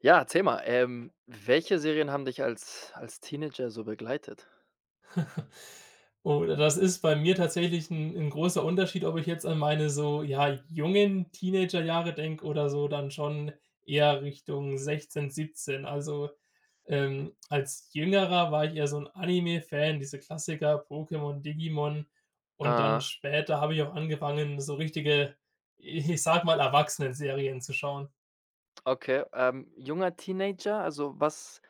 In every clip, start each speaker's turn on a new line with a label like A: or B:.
A: Ja, erzähl mal, welche Serien haben dich als Teenager so begleitet?
B: Oh, das ist bei mir tatsächlich ein 'n großer Unterschied, ob ich jetzt an meine so, ja, jungen Teenagerjahre denke oder so dann schon eher Richtung 16, 17. Also, als Jüngerer war ich eher so ein Anime-Fan, diese Klassiker Pokémon, Digimon, und dann
A: Ah,
B: später habe ich auch angefangen, so richtige, ich sag mal, Serien zu schauen.
A: okay. Junger Teenager, also was,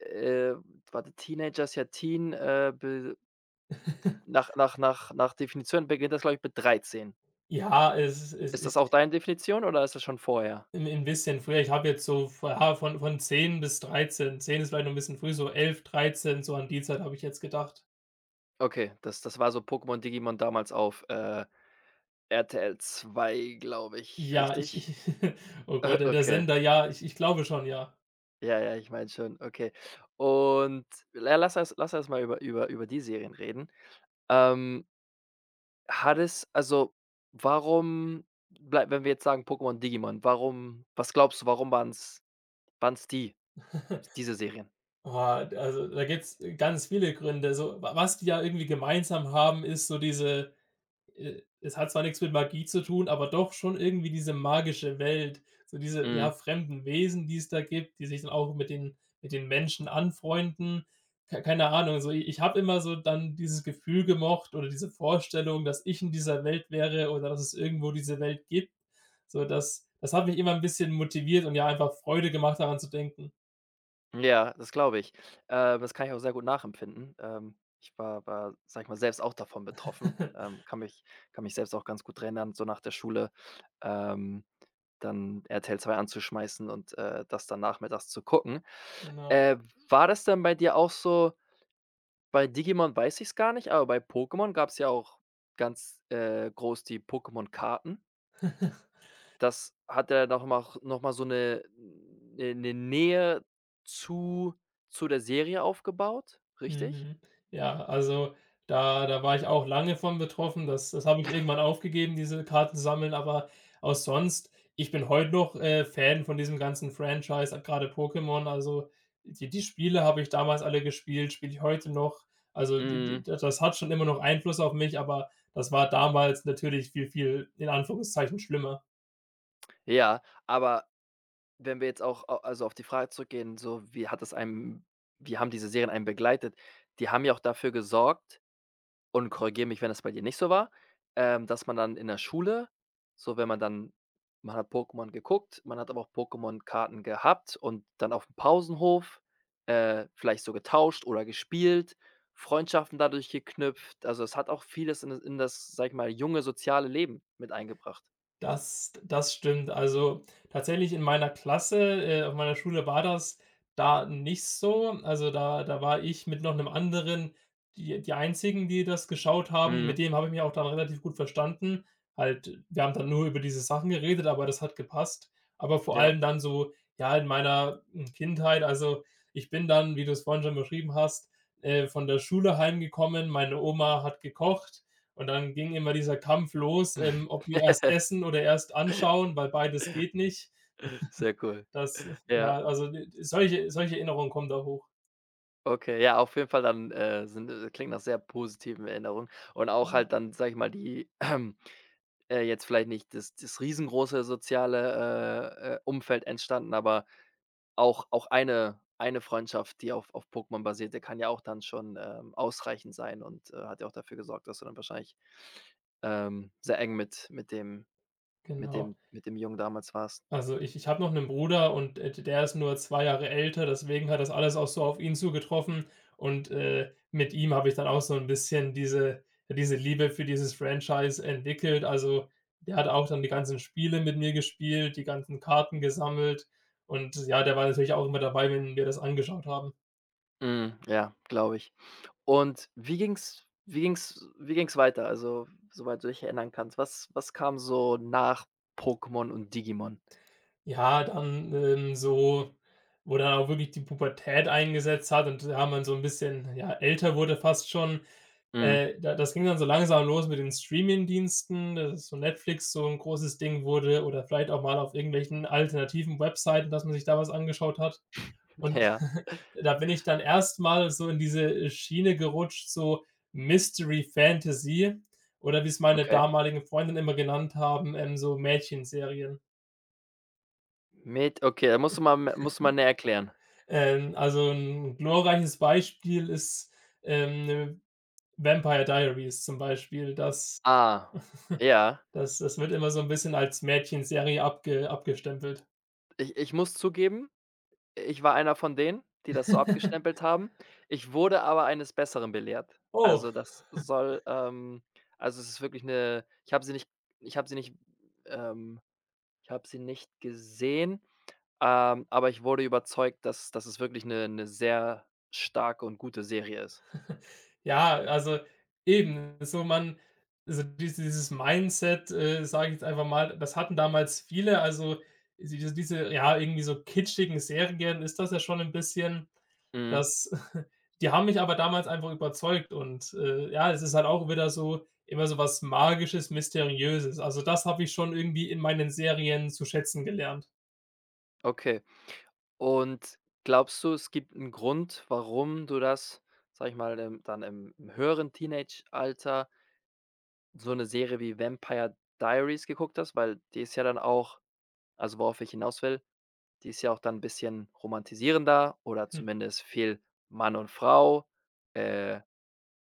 A: äh warte, Teenager ist ja Teen, be nach Definition beginnt das, glaube ich, mit 13.
B: Ja, es
A: Ist das auch
B: ist
A: deine Definition oder ist das schon vorher?
B: 'n bisschen früher. Ich habe jetzt so, ja, von 10 bis 13. 10 ist vielleicht noch 'n bisschen früh, so 11, 13. So an die Zeit habe ich jetzt gedacht.
A: Okay, das war so Pokémon, Digimon damals auf, RTL zwei, glaube ich,
B: Ja, ich
A: richtig?
B: ich oh Gott, der
A: Okay.
B: Sender, ja, ich glaube schon, ja.
A: Ja, ja, ich meine schon, okay. Und la lass erst mal über die Serien reden. Ähm, hat es also, warum blei wenn wir jetzt sagen Pokémon, Digimon, warum was glaubst du, warum waren es die diese Serien?
B: Oh, also, da gibt's ganz viele Gründe. So, wa was die ja irgendwie gemeinsam haben, ist so diese — es hat zwar nichts mit Magie zu tun, aber doch schon irgendwie diese magische Welt, so diese, ja,
A: Mhm.
B: fremden Wesen, die es da gibt, die sich dann auch mit den Menschen anfreunden. Ke keine Ahnung, so i ich habe immer so dann dieses Gefühl gemocht oder diese Vorstellung, dass ich in dieser Welt wäre oder dass es irgendwo diese Welt gibt. So, das hat mich immer ein bisschen motiviert, und ja, einfach Freude gemacht, daran zu denken.
A: Ja, das glaube ich. Das kann ich auch sehr gut nachempfinden. Ich war, sag ich mal, selbst auch davon betroffen. Kann mich selbst auch ganz gut dran erinnern, so nach der Schule, ähm dann RTL 2 anzuschmeißen und, das dann nachmittags zu gucken.
B: Genau.
A: Äh, War das denn bei dir auch so bei Digimon weiß ich es gar nicht, aber bei Pokémon gab es ja auch ganz, groß die Pokémon-Karten. Das hat ja noch mal so eine 'ne 'ne Nähe zu zu der Serie aufgebaut, richtig?
B: Mhm. Ja, also da war ich auch lange von betroffen. Das habe ich irgendwann aufgegeben, diese Karten zu sammeln, aber auch sonst, ich bin heute noch, Fan von diesem ganzen Franchise, gerade Pokémon. Also, die Spiele habe ich damals alle gespielt, spiele ich heute noch. Also, die die
A: Mhm,
B: da das hat schon immer noch Einfluss auf mich, aber das war damals natürlich viel, viel in Anführungszeichen schlimmer.
A: ja, aber wenn wir jetzt auch a also, auf die Frage zurückgehen, so wie hat es einem wie haben diese Serien einen begleitet? Die haben ja auch dafür gesorgt, und korrigiere mich, wenn das bei dir nicht so war, dass man dann in der Schule, so wenn man dann man hat Pokémon geguckt, man hat aber auch Pokémon-Karten gehabt und dann auf dem Pausenhof, vielleicht so getauscht oder gespielt, Freundschaften dadurch geknüpft. Also, es hat auch vieles in das, sage ich mal, junge soziale Leben mit eingebracht.
B: Das stimmt. Also, tatsächlich in meiner Klasse, auf meiner Schule war das da nicht so. Also, da war ich mit noch einem anderen die Einzigen, die das geschaut haben. Mit
A: Mhm,
B: dem habe ich mich auch dann relativ gut verstanden. Halt, wir haben dann nur über diese Sachen geredet, aber das hat gepasst. Aber vor
A: ja.
B: allem dann so, ja, in meiner, Kindheit, also, ich bin dann, wie du es vorhin schon beschrieben hast, von der Schule heimgekommen. Meine Oma hat gekocht. Und dann ging immer dieser Kampf los, ob wir erst essen oder erst anschauen, weil beides geht nicht.
A: Sehr cool.
B: Das,
A: Ja.
B: ja, also, d solche solche Erinnerungen kommen da hoch.
A: Okay, ja, auf jeden Fall dann, sind klingt nach sehr positiven Erinnerungen und auch halt dann, sage ich mal, die, jetzt vielleicht nicht das riesengroße soziale, Umfeld entstanden, aber auch eine Freundschaft, die auf Pokémon basierte, kann ja auch dann schon, ausreichend sein und, hat ja auch dafür gesorgt, dass du dann wahrscheinlich, sehr eng mit mit dem mit
B: Genau.
A: dem mit dem Jungen damals warst.
B: Also, ich habe noch einen Bruder, und, der ist nur 2 Jahre älter, deswegen hat das alles auch so auf ihn zugetroffen, und, mit ihm habe ich dann auch so ein bisschen diese Liebe für dieses Franchise entwickelt. Also, der hat auch dann die ganzen Spiele mit mir gespielt, die ganzen Karten gesammelt, und ja, der war natürlich auch immer dabei, wenn wir das angeschaut haben.
A: Mhm, ja, glaube ich. Und wie ging's wie ging's weiter? Also, soweit du dich erinnern kannst, was kam so nach Pokémon und Digimon?
B: Ja, dann, so wo dann auch wirklich die Pubertät eingesetzt hat und da man so ein bisschen, ja, älter wurde fast schon.
A: Mhm.
B: Da das ging dann so langsam los mit den Streamingdiensten, dass so Netflix so ein großes Ding wurde oder vielleicht auch mal auf irgendwelchen alternativen Webseiten, dass man sich da was angeschaut hat. Und
A: Ja,
B: da bin ich dann erstmal so in diese Schiene gerutscht, so Mystery Fantasy oder wie es meine
A: okay.
B: damaligen Freundinnen immer genannt haben, so Mädchenserien.
A: Mit okay, da musst du mal näher erklären.
B: Also ein glorreiches Beispiel ist, ne, Vampire Diaries zum Beispiel. Das
A: Ah, ja.
B: das das wird immer so 'n bisschen als Mädchenserie abgestempelt.
A: Ich muss zugeben, ich war einer von denen, die das so abgestempelt haben. Ich wurde aber eines Besseren belehrt.
B: Oh,
A: Also, das soll, also, es ist wirklich eine. Ich habe sie nicht, ähm Ich habe sie nicht gesehen, aber ich wurde überzeugt, dass es wirklich 'ne sehr starke und gute Serie ist.
B: ja, also eben, so man, also dieses Mindset, sage ich jetzt einfach mal, das hatten damals viele. Also, diese ja, irgendwie so kitschigen Serien ist das ja schon 'n bisschen.
A: Mhm,
B: Das die haben mich aber damals einfach überzeugt, und, ja, es ist halt auch wieder so, immer so was Magisches, Mysteriöses. Also, das habe ich schon irgendwie in meinen Serien zu schätzen gelernt.
A: okay. Und glaubst du, es gibt 'n Grund, warum du das, sage ich mal, dann im höheren Teenageralter so 'ne Serie wie „Vampire Diaries“ geguckt hast? Weil die ist ja dann auch also, worauf ich hinaus will, die ist ja auch dann 'n bisschen romantisierender oder
B: Hm,
A: zumindest viel Mann und Frau, äh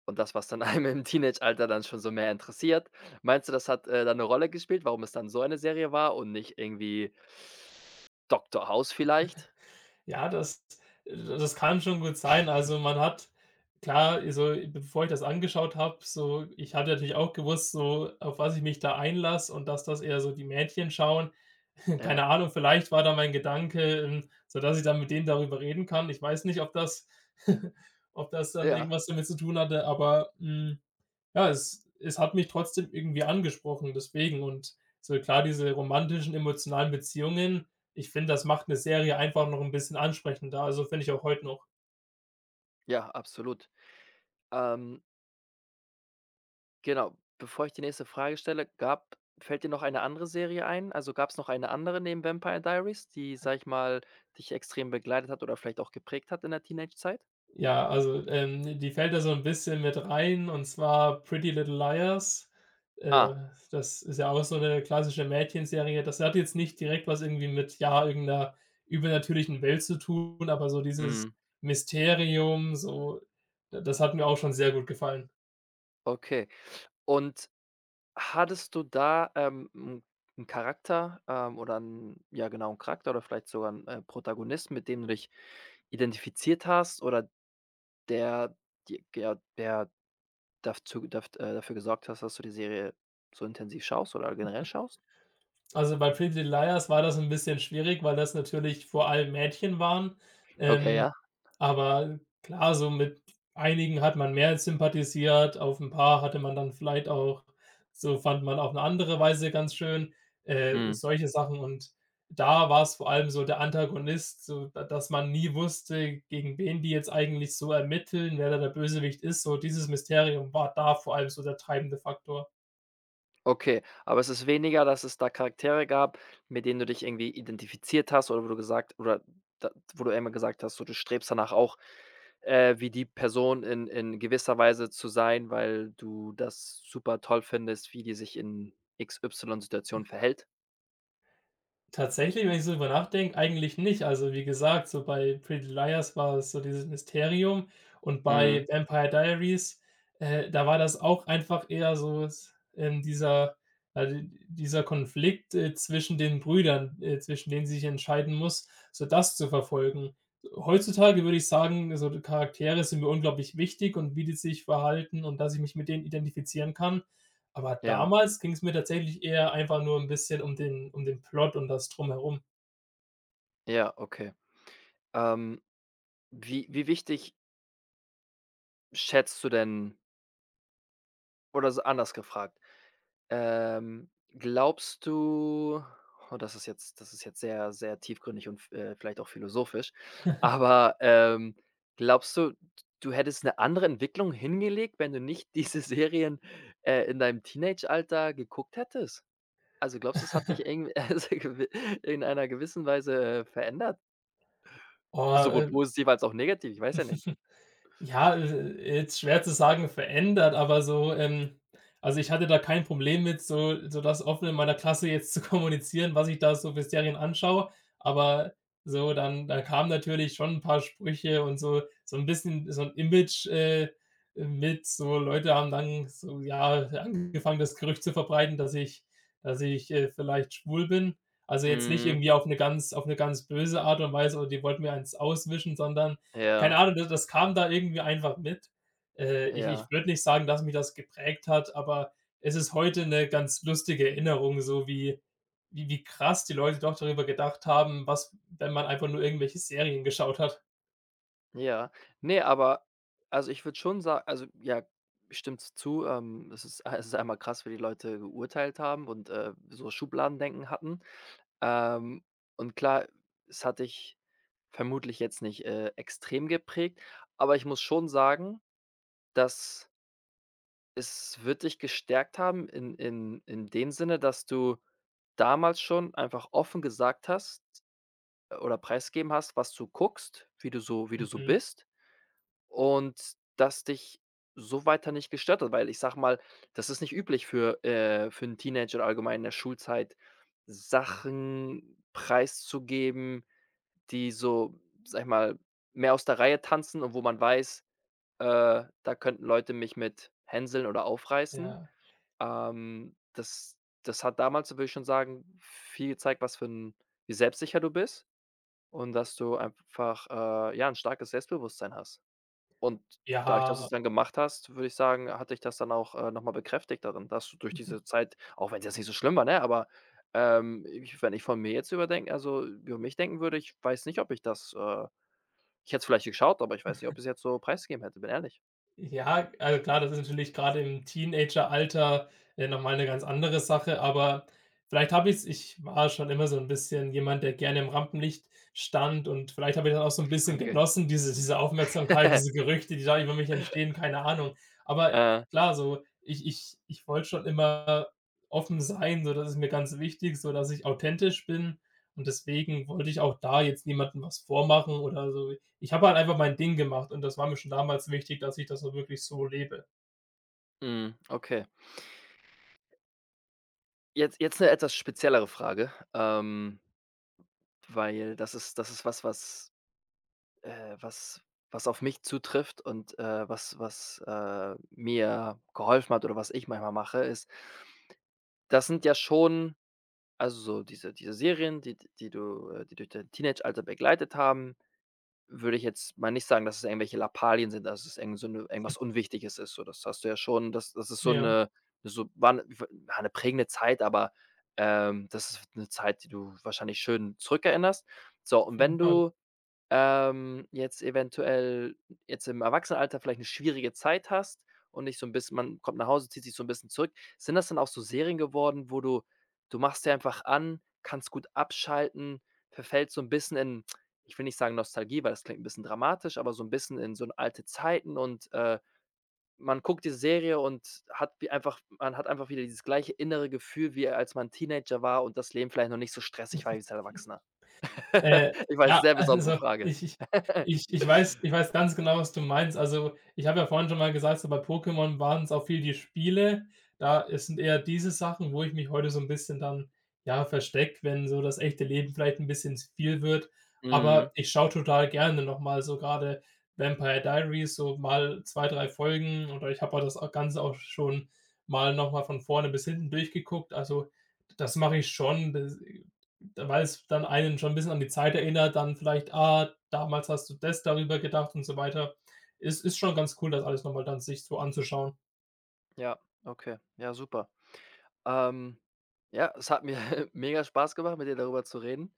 A: und das, was dann einem im Teenageralter dann schon so mehr interessiert. Meinst du, das hat, dann 'ne Rolle gespielt, warum es dann so eine Serie war und nicht irgendwie Doktor House vielleicht?
B: ja, das kann schon gut sein. Also, man hat, klar, so bevor ich das angeschaut habe, so ich hatte natürlich auch gewusst, so auf was ich mich da einlasse und dass das eher so die Mädchen schauen. Keine
A: Ja,
B: Ahnung, vielleicht war da mein Gedanke, sodass ich dann mit denen darüber reden kann. Ich weiß nicht, ob das ob das dann
A: ja,
B: irgendwas damit zu tun hatte, aber, ja, es hat mich trotzdem irgendwie angesprochen, deswegen. Und so, klar, diese romantischen, emotionalen Beziehungen, ich finde, das macht eine Serie einfach noch ein bisschen ansprechender, also, finde ich auch heute noch.
A: ja, absolut. Ähm, genau, bevor ich die nächste Frage stelle, gab fällt dir noch eine andere Serie ein? Also, gab's noch eine andere neben Vampire Diaries, die, sage ich mal, dich extrem begleitet hat oder vielleicht auch geprägt hat in der Teenagezeit?
B: Ja, also, die fällt da so ein bisschen mit rein, und zwar „Pretty Little Liars". Äh,
A: Ah,
B: Das ist ja auch so eine klassische Mädchenserie. Das hat jetzt nicht direkt was irgendwie mit, ja, irgendeiner übernatürlichen Welt zu tun, aber so dieses
A: mhm,
B: Mysterium, so, D das hat mir auch schon sehr gut gefallen.
A: okay. Und hattest du da, 'n Charakter, oder 'n ja genau, 'n Charakter oder vielleicht sogar 'n, Protagonisten, mit dem du dich identifiziert hast oder der dir ja, der dazu daf dafür gesorgt hast, dass du die Serie so intensiv schaust oder generell schaust?
B: Also, bei „Pretty Liars" war das ein bisschen schwierig, weil das natürlich vor allem Mädchen waren.
A: Okay,
B: Ähm,
A: ja.
B: aber klar, so mit einigen hat man mehr sympathisiert, auf ein paar hatte man dann vielleicht auch, so fand man auf eine andere Weise ganz schön,
A: Mhm.
B: solche Sachen. Und da war es vor allem so der Antagonist, so da dass man nie wusste, gegen wen die jetzt eigentlich so ermitteln, wer da der Bösewicht ist. So dieses Mysterium war da vor allem so der treibende Faktor.
A: Okay, aber es ist weniger, dass es da Charaktere gab, mit denen du dich irgendwie identifiziert hast oder wo du gesagt oder da wo du immer gesagt hast, so du strebst danach auch, wie die Person in gewisser Weise zu sein, weil du das super toll findest, wie die sich in x y situationen verhält?
B: Tatsächlich, wenn ich so drüber nachdenke, eigentlich nicht. Also, wie gesagt, so bei Pretty Liars war es so dieses Mysterium, und
A: Mhm.
B: bei Vampire Diaries, da war das auch einfach eher so, s dieser, also, dieser Konflikt, zwischen den Brüdern, zwischen denen sie sich entscheiden muss, so das zu verfolgen. Heutzutage würde ich sagen, so die Charaktere sind mir unglaublich wichtig und wie die sich verhalten und dass ich mich mit denen identifizieren kann. Aber
A: Ja,
B: damals ging es mir tatsächlich eher einfach nur ein bisschen um den Plot und das Drumherum.
A: ja, okay. Ähm, wie wichtig schätzt du denn oder so anders gefragt ähm, glaubst du das ist jetzt sehr, sehr tiefgründig und vielleicht auch philosophisch, aber, glaubst du, du hättest eine andere Entwicklung hingelegt, wenn du nicht diese Serien, in deinem Teenageralter geguckt hättest? Also, glaubst du, es hat dich irgend also, gewi in einer gewissen Weise, verändert?
B: Oh,
A: Sowohl
B: äh,
A: positiv als auch negativ, ich weiß ja nicht.
B: Ja, jetzt schwer zu sagen verändert, aber so, also, ich hatte da kein Problem mit, so, das offen in meiner Klasse jetzt zu kommunizieren, was ich da so für Serien anschaue. Aber so dann da kamen natürlich schon ein paar Sprüche und so ein bisschen so ein Image, mit, so Leute haben dann so, ja, angefangen, das Gerücht zu verbreiten, dass ich dass ich vielleicht schwul bin. Also, jetzt nicht
A: Mhm,
B: irgendwie auf eine ganz böse Art und Weise oder die wollten mir eins auswischen, sondern, keine
A: ja,
B: Ahnung, das kam da irgendwie einfach mit. Äh, ich
A: ja.
B: ich würde nicht sagen, dass mich das geprägt hat, aber es ist heute eine ganz lustige Erinnerung, so wie wie krass die Leute doch darüber gedacht haben, was, wenn man einfach nur irgendwelche Serien geschaut hat.
A: Ja. Ne, aber also, ich würde schon sagen, also, ja, stimmt's zu, es ist einmal krass, wie die Leute geurteilt haben und, so Schubladendenken hatten. Ähm, und klar, es hat dich vermutlich jetzt nicht, extrem geprägt, aber ich muss schon sagen, dass es wird dich gestärkt haben in dem Sinne, dass du damals schon einfach offen gesagt hast oder preisgegeben hast, was du guckst, wie du so
B: Mhm.
A: bist. Und das dich so weiter nicht gestört hat, weil ich sage mal, das ist nicht üblich für einen Teenager oder allgemein in der Schulzeit, Sachen preiszugeben, die so, sag ich mal, mehr aus der Reihe tanzen und wo man weiß, da könnten Leute mich mit hänseln oder aufreißen.
B: Ja.
A: Ähm, das das hat damals, würde ich schon sagen, viel gezeigt, was für ein wie selbstsicher du bist und dass du einfach, ja, ein starkes Selbstbewusstsein hast. Und dadurch, dass du's
B: Ja.
A: dann gemacht hast, würde ich sagen, hat dich das dann auch, noch mal bekräftigt darin, dass du durch diese Zeit, auch wenn es jetzt nicht so schlimm war, ne, aber, ich wenn ich von mir jetzt überdenke also, über mich denken würde, ich weiß nicht, ob ich das, ich hätte es vielleicht geschaut, aber ich weiß nicht, ob ich's jetzt so preisgegeben hätte, bin ehrlich.
B: Ja, also klar, das ist natürlich gerade im Teenageralter, noch mal 'ne ganz andere Sache, aber vielleicht habe ich's ich war schon immer so ein bisschen jemand, der gerne im Rampenlicht stand, und vielleicht habe ich dann auch so ein bisschen
A: Okay.
B: genossen, diese Aufmerksamkeit, diese Gerüchte, die da über mich entstehen, keine Ahnung. Aber
A: Äh,
B: klar, so ich wollte schon immer offen sein, so das ist mir ganz wichtig, so dass ich authentisch bin, und deswegen wollte ich auch da jetzt niemandem was vormachen oder so, ich habe halt einfach mein Ding gemacht, und das war mir schon damals wichtig, dass ich das auch wirklich so lebe.
A: mhm, okay. Jetzt eine etwas speziellere Frage, weil das ist was, Äh, was was auf mich zutrifft und, mir geholfen hat oder was ich manchmal mache, ist das sind ja schon also so diese Serien, die die du die durch dein Teenageralter begleitet haben, würde ich jetzt mal nicht sagen, dass es irgendwelche Lappalien sind, dass es irgend so eine irgendwas Unwichtiges ist so. Das hast du ja schon das ist so
B: Ja,
A: eine so war 'ne prägende Zeit, aber, das ist eine Zeit, die du wahrscheinlich schön zurückerinnerst. So, und
B: auf
A: wenn
B: jeden Fall.
A: du jetzt eventuell jetzt im Erwachsenenalter vielleicht eine schwierige Zeit hast und nicht so ein bisschen man kommt nach Hause, zieht sich so ein bisschen zurück. Sind das dann auch so Serien geworden, wo du du machst dir einfach an, kannst gut abschalten, verfällt so ein bisschen in ich will nicht sagen Nostalgie, weil das klingt ein bisschen dramatisch, aber so ein bisschen in so in alte Zeiten und, man guckt die Serie und hat wie einfach man hat einfach wieder dieses gleiche innere Gefühl, wie als man Teenager war und das Leben vielleicht noch nicht so stressig war wie als Erwachsener?
B: Äh,
A: Ich weiß,
B: ja,
A: sehr besondere
B: also
A: Frage.
B: ich ich ich ich weiß ich weiß ganz genau, was du meinst. Also, ich habe ja vorhin schon mal gesagt, so bei Pokémon waren's auch viel die Spiele. Da, es sind eher diese Sachen, wo ich mich heute so 'n bisschen dann, ja, verstecke, wenn so das echte Leben vielleicht 'n bisschen zu viel wird.
A: Mhm.
B: Aber ich schaue total gerne noch mal, so grade Vampire Diaries, so mal 2, 3 Folgen, oder ich habe auch das a Ganze auch schon mal noch mal von vorne bis hinten durchgeguckt. Also, das mache ich schon. Das, weil es dann einen schon ein bisschen an die Zeit erinnert, dann vielleicht: „Ah, damals hast du das darüber gedacht" und so weiter. Ist schon ganz cool, das alles nochmal dann sich so anzuschauen.
A: Ja, okay. Ja, super. Ähm, ja, es hat mir mega Spaß gemacht, mit dir darüber zu reden.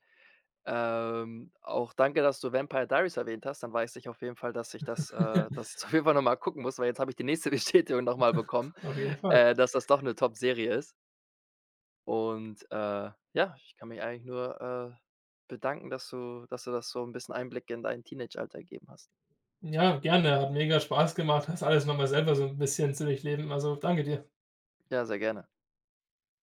A: Auch danke, dass du Vampire Diaries erwähnt hast. Dann weiß ich auf jeden Fall, dass ich dass ich das auf jeden Fall noch mal gucken muss, weil jetzt habe ich die nächste Bestätigung noch mal bekommen,
B: Auf jeden Fall.
A: dass das doch eine Top-Serie ist. Und, ja, ich kann mich eigentlich nur, bedanken, dass du das so ein bisschen Einblick in dein Teenage-Alter gegeben hast.
B: Ja, gerne, hat mega Spaß gemacht, das alles nochmal selber so ein bisschen zu durchleben. Also, danke dir.
A: Ja, sehr gerne.